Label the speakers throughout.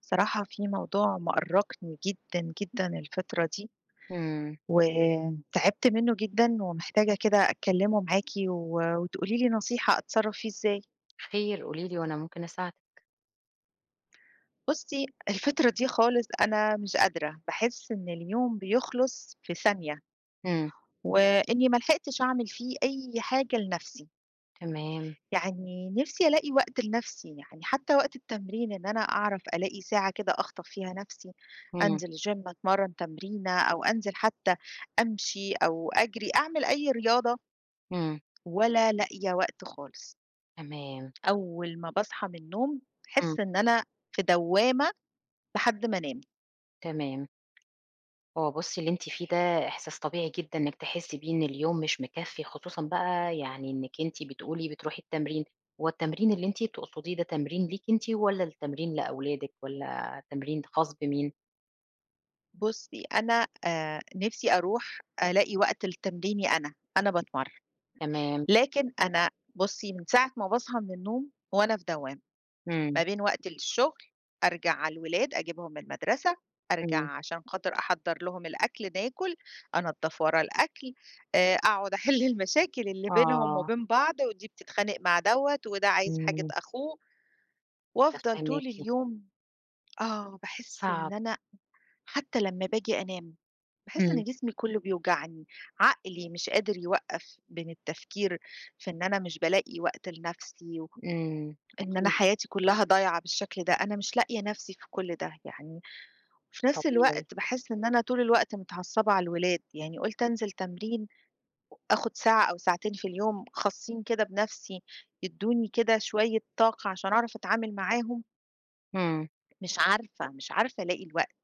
Speaker 1: صراحة في موضوع مأرّقني جدًا، جدًا الفترة دي،
Speaker 2: إمم،
Speaker 1: وتعبت منّه جدًا ومحتاجة كده أتكلّمه معاكِ و وتقولي لي نصيحة أتصرّف فيه إزاي.
Speaker 2: خير قولي لي وأنا ممكن أساعدِك.
Speaker 1: بُصّي، الفترة دي خالص أنا مش قادرة، باحس إن اليوم بيخلص في ثانية،
Speaker 2: إمم،
Speaker 1: وإنّي ما لحقتش أعمل فيه أي حاجة لنَفْسي.
Speaker 2: تمام،
Speaker 1: يعني نِفْسي ألاقي وقت لنَفْسي، يعني حتى وقت التمرين إن أنا أعرف ألاقي ساعة كده أخطف فيها نَفْسي،
Speaker 2: إمم،
Speaker 1: أنزل الgym أتمرّن تمرينة أو أنزل حتى أمشي أو أجري، أعمل أي رياضة
Speaker 2: إمم،
Speaker 1: ولا لاقية وقت خالص.
Speaker 2: تمام،
Speaker 1: أول ما باصحى من النوم
Speaker 2: إمم،
Speaker 1: باحس إن أنا في دوّامة لحد ما أنام.
Speaker 2: تمام. هو بُصّي اللي أنتِ فيه ده إحساس طبيعي جدًا إنِّك تحسّي بيه إن اليوم مش مكفّي، خصوصًا بقى يعني إنِّك أنتِ بتقولي بتروحي التمرين، هو التمرين اللي أنتِ بتقصديه ده تمرين ليكِ أنتِ والّا التمرين لأولادِك والّا تمرين خاص بمين؟
Speaker 1: بُصّي، أنا نِفْسي أروح ألاقي وقت لتمريني أنا، أنا باتمرّن،
Speaker 2: تمام،
Speaker 1: لكن أنا بُصّي من ساعة ما باصحى من النوم وأنا في دوّامة. ما
Speaker 2: إمم،
Speaker 1: بين وقت الشغل، أرجع على الولاد أجيبهم من المدرسة، أرجع
Speaker 2: إمم،
Speaker 1: عشان خاطر أحضّر لهم الأكل ناكل، أنضّف ورا الأكل، أقعد أحِل المشاكل اللي بينهم
Speaker 2: آه،
Speaker 1: وبين بعض ودي بتتخانق مع دوّة وده عايز حاجة
Speaker 2: إمم،
Speaker 1: أخوه، وأفضل طول
Speaker 2: متفهّماكِ،
Speaker 1: اليوم آه، باحس إن
Speaker 2: صعب،
Speaker 1: أنا حتى لمّا باجي أنام، باحس
Speaker 2: إمم،
Speaker 1: إن جسمي كُلّه بيوجعني، عقلي مش قادر يوقّف بين التفكير في إن أنا مش بالاقي وقت لنَفْسي و
Speaker 2: إمم،
Speaker 1: إن أنا
Speaker 2: أكيد
Speaker 1: حياتي كلّها ضايعة بالشكل ده، أنا مش لاقية نَفْسي في كل ده يعني، وفي نَفْس
Speaker 2: طبيعي،
Speaker 1: الوقت باحس إن أنا طول الوقت متعصبة على الولاد، يعني قُلت أنزل تمرين آخُد ساعة أو ساعتين في اليوم خاصين كده بنَفْسي، يدّوني كده شوية طاقة عشان أعرف أتعامل معاهم،
Speaker 2: إمم.
Speaker 1: مش عارفة ألاقي الوقت،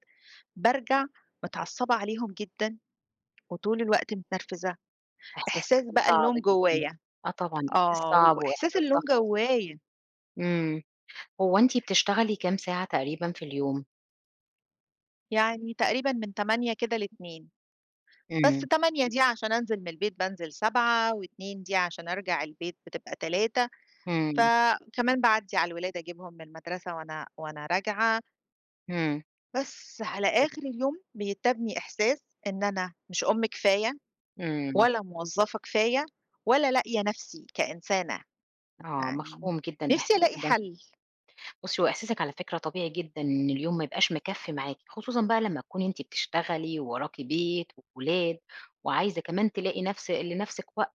Speaker 1: بارجع متعصبة عليهم جدًا وطول الوقت متنرفزة،
Speaker 2: إحساسِك
Speaker 1: إحساس
Speaker 2: كان
Speaker 1: بقى
Speaker 2: صعب
Speaker 1: اللوم
Speaker 2: جدًا.
Speaker 1: جوّايا،
Speaker 2: آه طبعًا، إحساس
Speaker 1: آه،
Speaker 2: صعب
Speaker 1: وإحساس
Speaker 2: وإحساس
Speaker 1: اللوم
Speaker 2: ضغط.
Speaker 1: جوّايا،
Speaker 2: إمم. هو أنتِ بتشتغلي كام ساعة تقريبًا في اليوم؟
Speaker 1: يعني تقريبًا من 08:00 كده ل14:00. بس
Speaker 2: إمم،
Speaker 1: 8 دي عشان أنزل من البيت بانزل 7، و2 دي عشان أرجع البيت بتبقى 3،
Speaker 2: إمم،
Speaker 1: فكمان باعدّي على الولاد أجيبهم من المدرسة وأنا راجعة،
Speaker 2: إمم.
Speaker 1: بس على
Speaker 2: كنت
Speaker 1: آخر اليوم بيتّبني إحساس إن أنا مش أم كفاية
Speaker 2: إمم.
Speaker 1: ولا موظفة كفاية ولا لاقية نَفْسي كإنسانة،
Speaker 2: آه،
Speaker 1: يعني
Speaker 2: مفهوم جدًا
Speaker 1: نِفْسي
Speaker 2: إحساسِك
Speaker 1: ألاقي
Speaker 2: ده.
Speaker 1: حَل.
Speaker 2: بُصّي، هو إحساسِك على فكرة طبيعي جدًا إن اليوم ما يبقاش مكفّي معاكِ، خصوصًا بقى لمّا تكوني أنتِ بتشتغلي ووراكِ بيت وولاد وعايزة كمان تلاقي نفس لنفسِك وقت،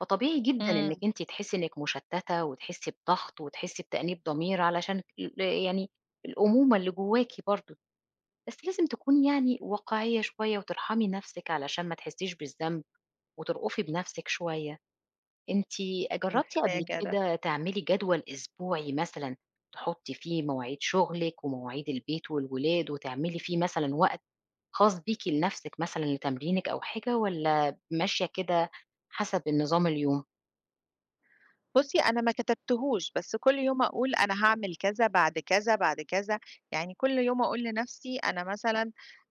Speaker 2: فطبيعي جدًا إنِّك
Speaker 1: إمم.
Speaker 2: أنتِ تحسّي إنِّك مشتّتة وتحسّي بضغط وتحسّي بتأنيب ضمير علشان يعني الأمومة اللي جواكِ برضه. بس لازم تكوني يعني واقعية شوية وترحمي نفسِك علشان ما تحسّيش بالذنب وترأفي بنفسِك شوية. أنتِ جرّبتِ قبل
Speaker 1: محتاجة ده.
Speaker 2: كده تعملي جدول أسبوعي مثلًا تحُطّي فيه مواعيد شغلِك ومواعيد البيت والولاد وتعملي فيه مثلًا وقت خاص بيكِ لنفسِك مثلًا لتمرينِك أو حاجة والّا ماشية كده حسب النظام اليوم؟
Speaker 1: بُصّي، أنا ما كتبتهوش، بس كل يوم أقول أنا هاعمل كذا، بعد كذا، بعد كذا، يعني كل يوم أقول لنفسي أنا مثلًا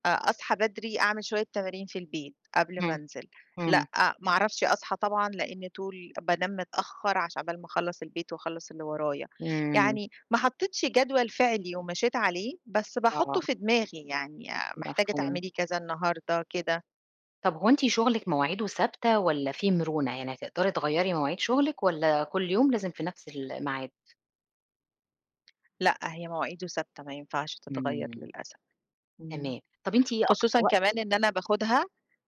Speaker 1: أصحى بدري أعمل شوية تمارين في البيت قبل ما
Speaker 2: إمم،
Speaker 1: أنزل،
Speaker 2: إمم،
Speaker 1: لأ آه، ما أعرفش أصحى طبعًا لإن طول بانام متأخر عقبال ما أخلّص البيت وأخلّص اللي ورايا،
Speaker 2: إمم،
Speaker 1: يعني ما حطيتش جدول فعلي ومشيت عليه، بس
Speaker 2: آه،
Speaker 1: باحطه في دماغي يعني آه، محتاجة
Speaker 2: مفهوم.
Speaker 1: تعملي كذا النهارده كده،
Speaker 2: طب هو أنتِ شغلِك مواعيده ثابتة والّا في مرونة؟ يعني هتقدري تغيّري مواعيد شغلِك والّا كل يوم لازم في نفس الميعاد؟
Speaker 1: لأ هي مواعيده ثابتة ما ينفعش تتغيّر
Speaker 2: إمم،
Speaker 1: للأسف. إمم.
Speaker 2: تمام. طب أنتِ إيه أكتر
Speaker 1: خصوصًا
Speaker 2: وقت
Speaker 1: كمان إن أنا باخدها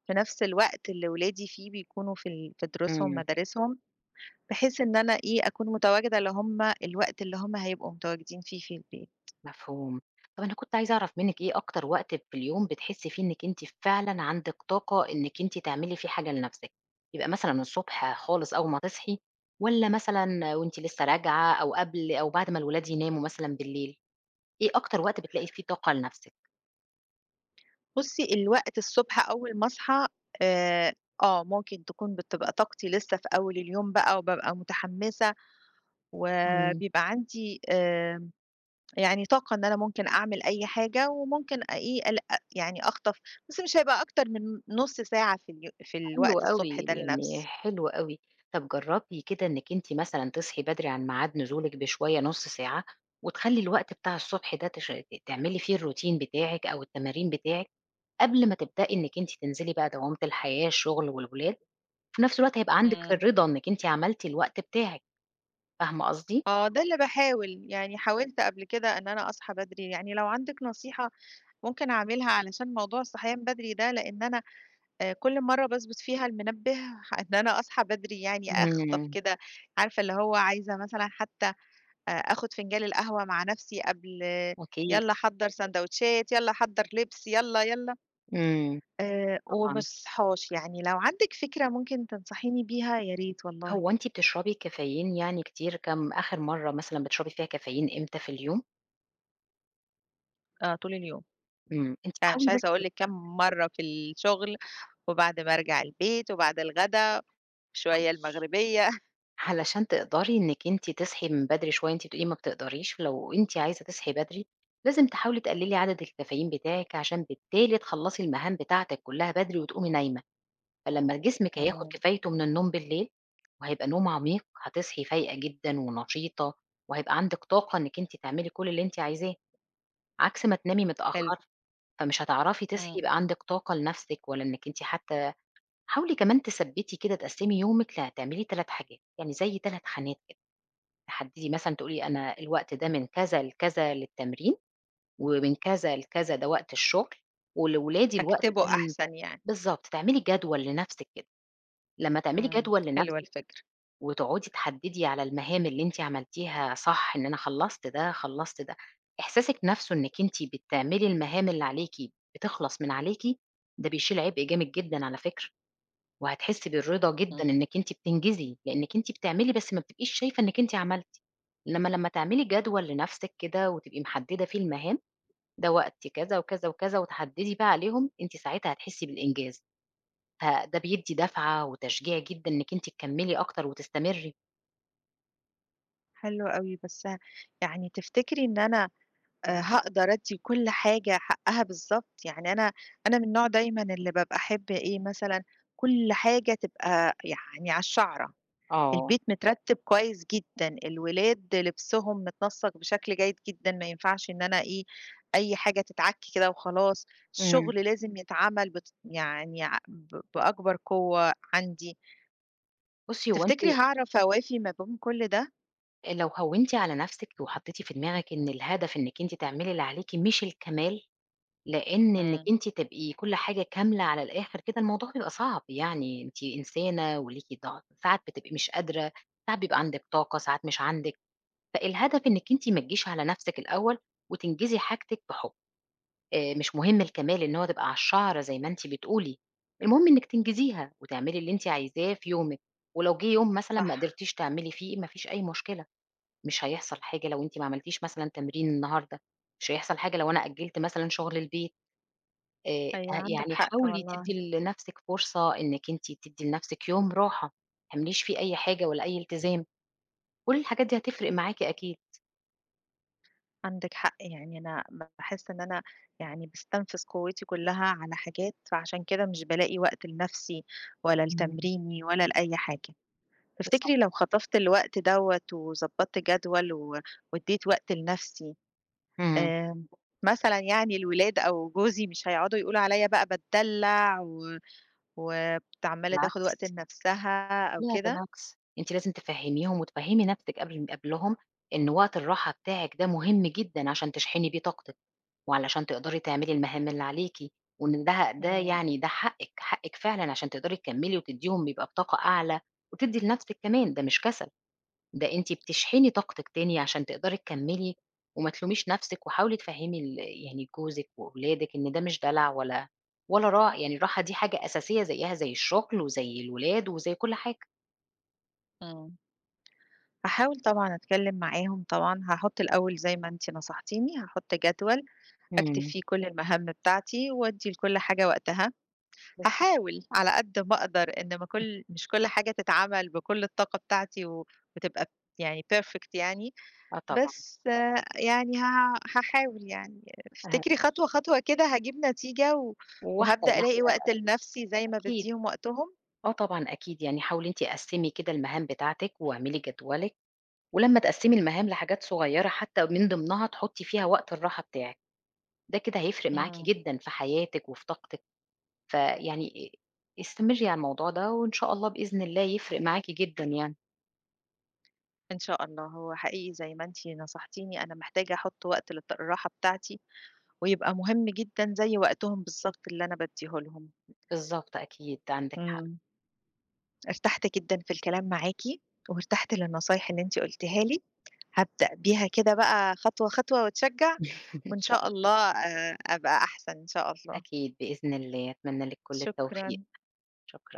Speaker 1: في نفس الوقت اللي ولادي فيه بيكونوا في دروسهم
Speaker 2: إمم،
Speaker 1: مدارسهم، بحيث إن أنا إيه، أكون متواجدة اللي هم الوقت اللي هم هيبقوا متواجدين فيه في البيت.
Speaker 2: مفهوم. طب أنا كنت عايزة أعرف منِّك إيه أكتر وقت في اليوم بتحسّي فيه إنِّك أنتِ فعلًا عندِك طاقة إنِّك أنتِ تعملي فيه حاجة لنفسِك؟ يبقى مثلًا الصبح خالص أول ما تصحي والّا مثلًا وأنتِ لسه راجعة أو قبل أو بعد ما الولاد يناموا مثلًا بالليل؟ إيه أكتر وقت بتلاقي فيه طاقة لنفسِك؟
Speaker 1: بُصّي، الوقت الصبح أول ما أصحى آآ، آه، ممكن تكون بتبقى طاقتي لسه في أول اليوم بقى وبابقى متحمسة
Speaker 2: إمم.
Speaker 1: وبيبقى عندي يعني طاقة إن أنا ممكن أعمل أي حاجة وممكن أ إيه، أل أ يعني أخطف بس مش هيبقى أكتر من نُص ساعة في
Speaker 2: حلو
Speaker 1: الوقت الصبح
Speaker 2: أوي،
Speaker 1: ده
Speaker 2: يعني
Speaker 1: لنفسي.
Speaker 2: حلو أوي. طب جرّبي كده إنِّك أنتِ مثلًا تصحي بدري عن ميعاد نزولِك بشوية نُص ساعة، وتخلّي الوقت بتاع الصبح ده تش ت تعملي فيه الروتين بتاعِك أو التمارين بتاعِك، قبل ما تبدئي إنِّك أنتِ تنزلي بقى دوامة الحياة، الشغل والولاد، في نفس الوقت هيبقى عندِك
Speaker 1: إمم.
Speaker 2: الرضا إنِّك أنتِ عملتِ الوقت بتاعِك، فاهمة قصدي؟
Speaker 1: آه، ده اللي باحاول، يعني حاولت قبل كده إن أنا أصحى بدري، يعني لو عندِك نصيحة ممكن أعملها علشان موضوع الصحيان بدري ده، لإن أنا كل مرّة باضبط فيها المنبه إن أنا أصحى بدري يعني أخطف
Speaker 2: إمم،
Speaker 1: كده، عارفة اللي هو عايزة مثلًا حتى آخُد فنجان القهوة مع نفسي قبل
Speaker 2: أكيد،
Speaker 1: يالّا حضّر سندوتشات، يالّا حضّر لبس، يالّا،
Speaker 2: إمم،
Speaker 1: وما
Speaker 2: طبعًا.
Speaker 1: باصحاش، يعني لو عندِك فكرة ممكن تنصحيني بيها يا ريت والله،
Speaker 2: هو أنتِ بتشربي كافيين يعني كتير؟ كام آخر مرّة مثلًا بتشربي فيها كافيين إمتى في اليوم؟
Speaker 1: طول اليوم.
Speaker 2: إمم، أنتِ
Speaker 1: أنا مش
Speaker 2: حاولي
Speaker 1: عايزة أقول لِك كام مرّة في الشغل، وبعد ما أرجع البيت، وبعد الغدا، شوية
Speaker 2: بس
Speaker 1: المغربية.
Speaker 2: علشان تقدري إنِّك أنتِ تصحي من بدري شوية، أنتِ بتقولي ما بتقدريش، لو أنتِ عايزة تصحي بدري لازم تحاولي تقللي عدد الكافيين بتاعِك، عشان بالتالي تخلّصي المهام بتاعتِك كلّها بدري وتقومي نايمة، فلمّا جسمِك هياخد
Speaker 1: إمم.
Speaker 2: كفايته من النوم بالليل، وهيبقى نوم عميق، هتصحي فايقة جدًا ونشيطة، وهيبقى عندِك طاقة إنِّك أنتِ تعملي كل اللي أنتِ عايزاه، عكس ما تنامي
Speaker 1: حلو.
Speaker 2: متأخر، فمش هتعرفي تصحي
Speaker 1: إمم.
Speaker 2: يبقى عندِك طاقة لنفسِك ولا إنِّك أنتِ حتى حاولي كمان تثبّتي كده تقسّمي يومِك هتعملي 3 حاجات، يعني زي 3 خانات كده. تحددي مثلًا تقولي أنا الوقت ده من كذا لكذا للتمرين، ومن كذا لكذا ده وقت الشغل، ولولادي الوقت
Speaker 1: أكتبه
Speaker 2: ده
Speaker 1: أحسن يعني.
Speaker 2: بالضبط، تعملي جدول لنفسِك كده، لمّا تعملي
Speaker 1: إمم.
Speaker 2: جدول
Speaker 1: حلوة
Speaker 2: لنفسِك
Speaker 1: الفكرة.
Speaker 2: وتقعدي تحددي على المهام اللي أنتِ عملتيها صح، إن أنا خلّصت ده، خلّصت ده، إحساسِك نفسه إنِّك أنتِ بتعملي المهام اللي عليكِ بتخلص من عليكِ، ده بيشيل عبء جامد جدًا على فكرة. وهتحسّي بالرضا جدًا
Speaker 1: إمم.
Speaker 2: إنِّك أنتِ بتنجزي، لإنِّك أنتِ بتعملي بس ما بتبقيش شايفة إنِّك أنتِ عملتِ، إنّما لمّا تعملي جدول لنَفْسِك كده وتبقي محدّدة فيه المهام، ده وقت كذا وكذا وكذا وتحدّدي بقى عليهم، أنتِ ساعتها هتحسّي بالإنجاز، ده بيدّي دفعة وتشجيع جدًا إنِّك أنتِ تكمّلي أكتر وتستمرّي.
Speaker 1: حلو أوي، بس يعني تفتكري إن أنا هاقدر أدّي كل حاجة حقّها بالضبط؟ يعني أنا من النوع دايمًا اللي بابقى أحب إيه مثلًا، كل حاجة تبقى يعني على الشَعرة.
Speaker 2: آه،
Speaker 1: البيت مترتب كويس جدًا، الولاد لبسهم متنسّق بشكل جيد جدًا، ما ينفعش إن أنا إيه، أي حاجة تتعك كده وخلاص،
Speaker 2: إمم.
Speaker 1: الشغل لازم يتعمل بت يعني ع ب بأكبر قوة عندي.
Speaker 2: بُصّي، هو أنتِ
Speaker 1: تفتكري هاعرف أوافي ما بين كل ده؟
Speaker 2: لو هوّنتِ على نَفْسِك وحطّيتِ في دماغِك إن الهدف إنِّك أنتِ تعملي اللي عليكِ مش الكمال لإن إنِّك
Speaker 1: إمم،
Speaker 2: أنتِ تبقي كل حاجة كاملة على الآخر كده الموضوع بيبقى صعب، يعني أنتِ إنسانة وليكِ ضغط، ساعات بتبقي مش قادرة، ساعات بيبقى عندِك طاقة، ساعات مش عندِك، فالهدف إنِّك أنتِ ما تجيش على نفسِك الأول وتنجزي حاجتِك بحُب، مش مهم الكمال إن هو تبقى على الشعرة زي ما أنتِ بتقولي، المهم إنِّك تنجزيها وتعملي اللي أنتِ عايزاه في يومِك، ولو جِه يوم مثلًا ما
Speaker 1: صح،
Speaker 2: قدرتيش تعملي فيه ما فيش أي مشكلة، مش هيحصل حاجة لو أنتِ ما عملتيش مثلًا تمرين النهارده، مش هيحصل حاجة لو أنا أجّلت مثلًا شغل البيت.
Speaker 1: أيوه
Speaker 2: ه
Speaker 1: عندِك
Speaker 2: يعني
Speaker 1: حق
Speaker 2: حاولي
Speaker 1: والله،
Speaker 2: تدّي لنَفْسِك فرصة إنِّك أنتِ تدّي لنَفْسِك يوم راحة، ما تعمليش فيه أي حاجة ولا أي التزام، كل الحاجات دي هتفرق معاكِ أكيد.
Speaker 1: عندِك حق، يعني أنا باحس إن أنا يعني باستنفذ قوتي كلها على حاجات، فعشان كده مش بالاقي وقت لنفسي ولا
Speaker 2: إمم.
Speaker 1: لتمريني ولا لأي حاجة. تفتكري
Speaker 2: بالضبط.
Speaker 1: لو خطفت الوقت دوّة وضبّطت جدول و وادّيت وقت لنَفْسي،
Speaker 2: إمم.
Speaker 1: آمم، مثلًا يعني الولاد أو جوزي مش هيقعدوا يقولوا عليّا بقى باتدلّع و عمّالة تاخُد وقت
Speaker 2: بالعكس،
Speaker 1: لنَفْسها أو
Speaker 2: لا
Speaker 1: كده؟
Speaker 2: بالعكس، أنتِ لازم تفهّميهم وتفهّمي نَفْسِك قبلهم إن وقت الراحة بتاعِك ده مهم جدًا عشان تشحني بيه طاقتِك، وعلشان تقدري تعملي المهام اللي عليكِ، وإن ده
Speaker 1: إمم،
Speaker 2: يعني ده حقِّك، حقِّك فعلًا عشان تقدري تكمّلي وتدّيهم بيبقى بطاقة أعلى، وتدّي لنَفْسِك كمان، ده مش كسل. ده أنتِ بتشحني طاقتِك تاني عشان تقدري تكمّلي وما تلوميش نَفْسِك وحاولي تفهّمي يعني جوزِك وأولادِك إن ده مش دلع ولا ولا را يعني الراحة دي حاجة أساسية زيّها زي الشغل وزي الولاد وزي كل حاجة.
Speaker 1: إمم. هاحاول طبعًا أتكلّم معاهم طبعًا، هاحُط الأول زي ما أنتِ نصحتيني، هاحُط جدول أكتب
Speaker 2: إمم،
Speaker 1: فيه كل المهام بتاعتي وأدّي لكل حاجة وقتها.
Speaker 2: بالضبط.
Speaker 1: هاحاول على قد ما أقدر إن ما
Speaker 2: إمم.
Speaker 1: كل مش كل حاجة تتعمل بكل الطاقة بتاعتي و وتبقى يعني perfect يعني،
Speaker 2: آه طبعًا.
Speaker 1: بس آه، يعني ه هاحاول يعني.
Speaker 2: آآ
Speaker 1: تفتكري خطوة كده هاجيب نتيجة و
Speaker 2: واحدة،
Speaker 1: وهابدأ ألاقي
Speaker 2: واحدة
Speaker 1: وقت لنفسي زي ما
Speaker 2: أكيد.
Speaker 1: بادّيهم وقتهم؟
Speaker 2: آه طبعًا أكيد. يعني حاولي أنتِ قسّمي كده المهام بتاعتِك واعملي جدولِك ولمّا تقسّمي المهام لحاجات صغيّرة حتى من ضمنها تحُطّي فيها وقت الراحة بتاعِك، ده كده هيفرق معاكِ
Speaker 1: إمم،
Speaker 2: جدًا في حياتِك وفي طاقتِك. فيعني استمري على الموضوع ده وإن شاء الله بإذن الله يفرق معاكِ جدًا يعني.
Speaker 1: إن شاء الله. هو حقيقي زي ما أنتِ نصحتيني أنا محتاجة أحُط وقت الراحة بتاعتي ويبقى مهم جدًا زي وقتهم بالضبط اللي أنا بادّيه لهم.
Speaker 2: بالضبط أكيد، عندِك حق.
Speaker 1: إمم. ارتحت جدًا في الكلام معاكِ، وارتحت للنصايح اللي أنتِ قُلتيها لي، هابدأ بيها كده بقى خطوة واتشجّع،
Speaker 2: إن
Speaker 1: وإن
Speaker 2: شاء
Speaker 1: شاء
Speaker 2: الله.
Speaker 1: الله أبقى أحسن إن شاء الله،
Speaker 2: أكيد بإذن الله، أتمنى لِك كل التوفيق.
Speaker 1: شكرًا.
Speaker 2: شكرًا.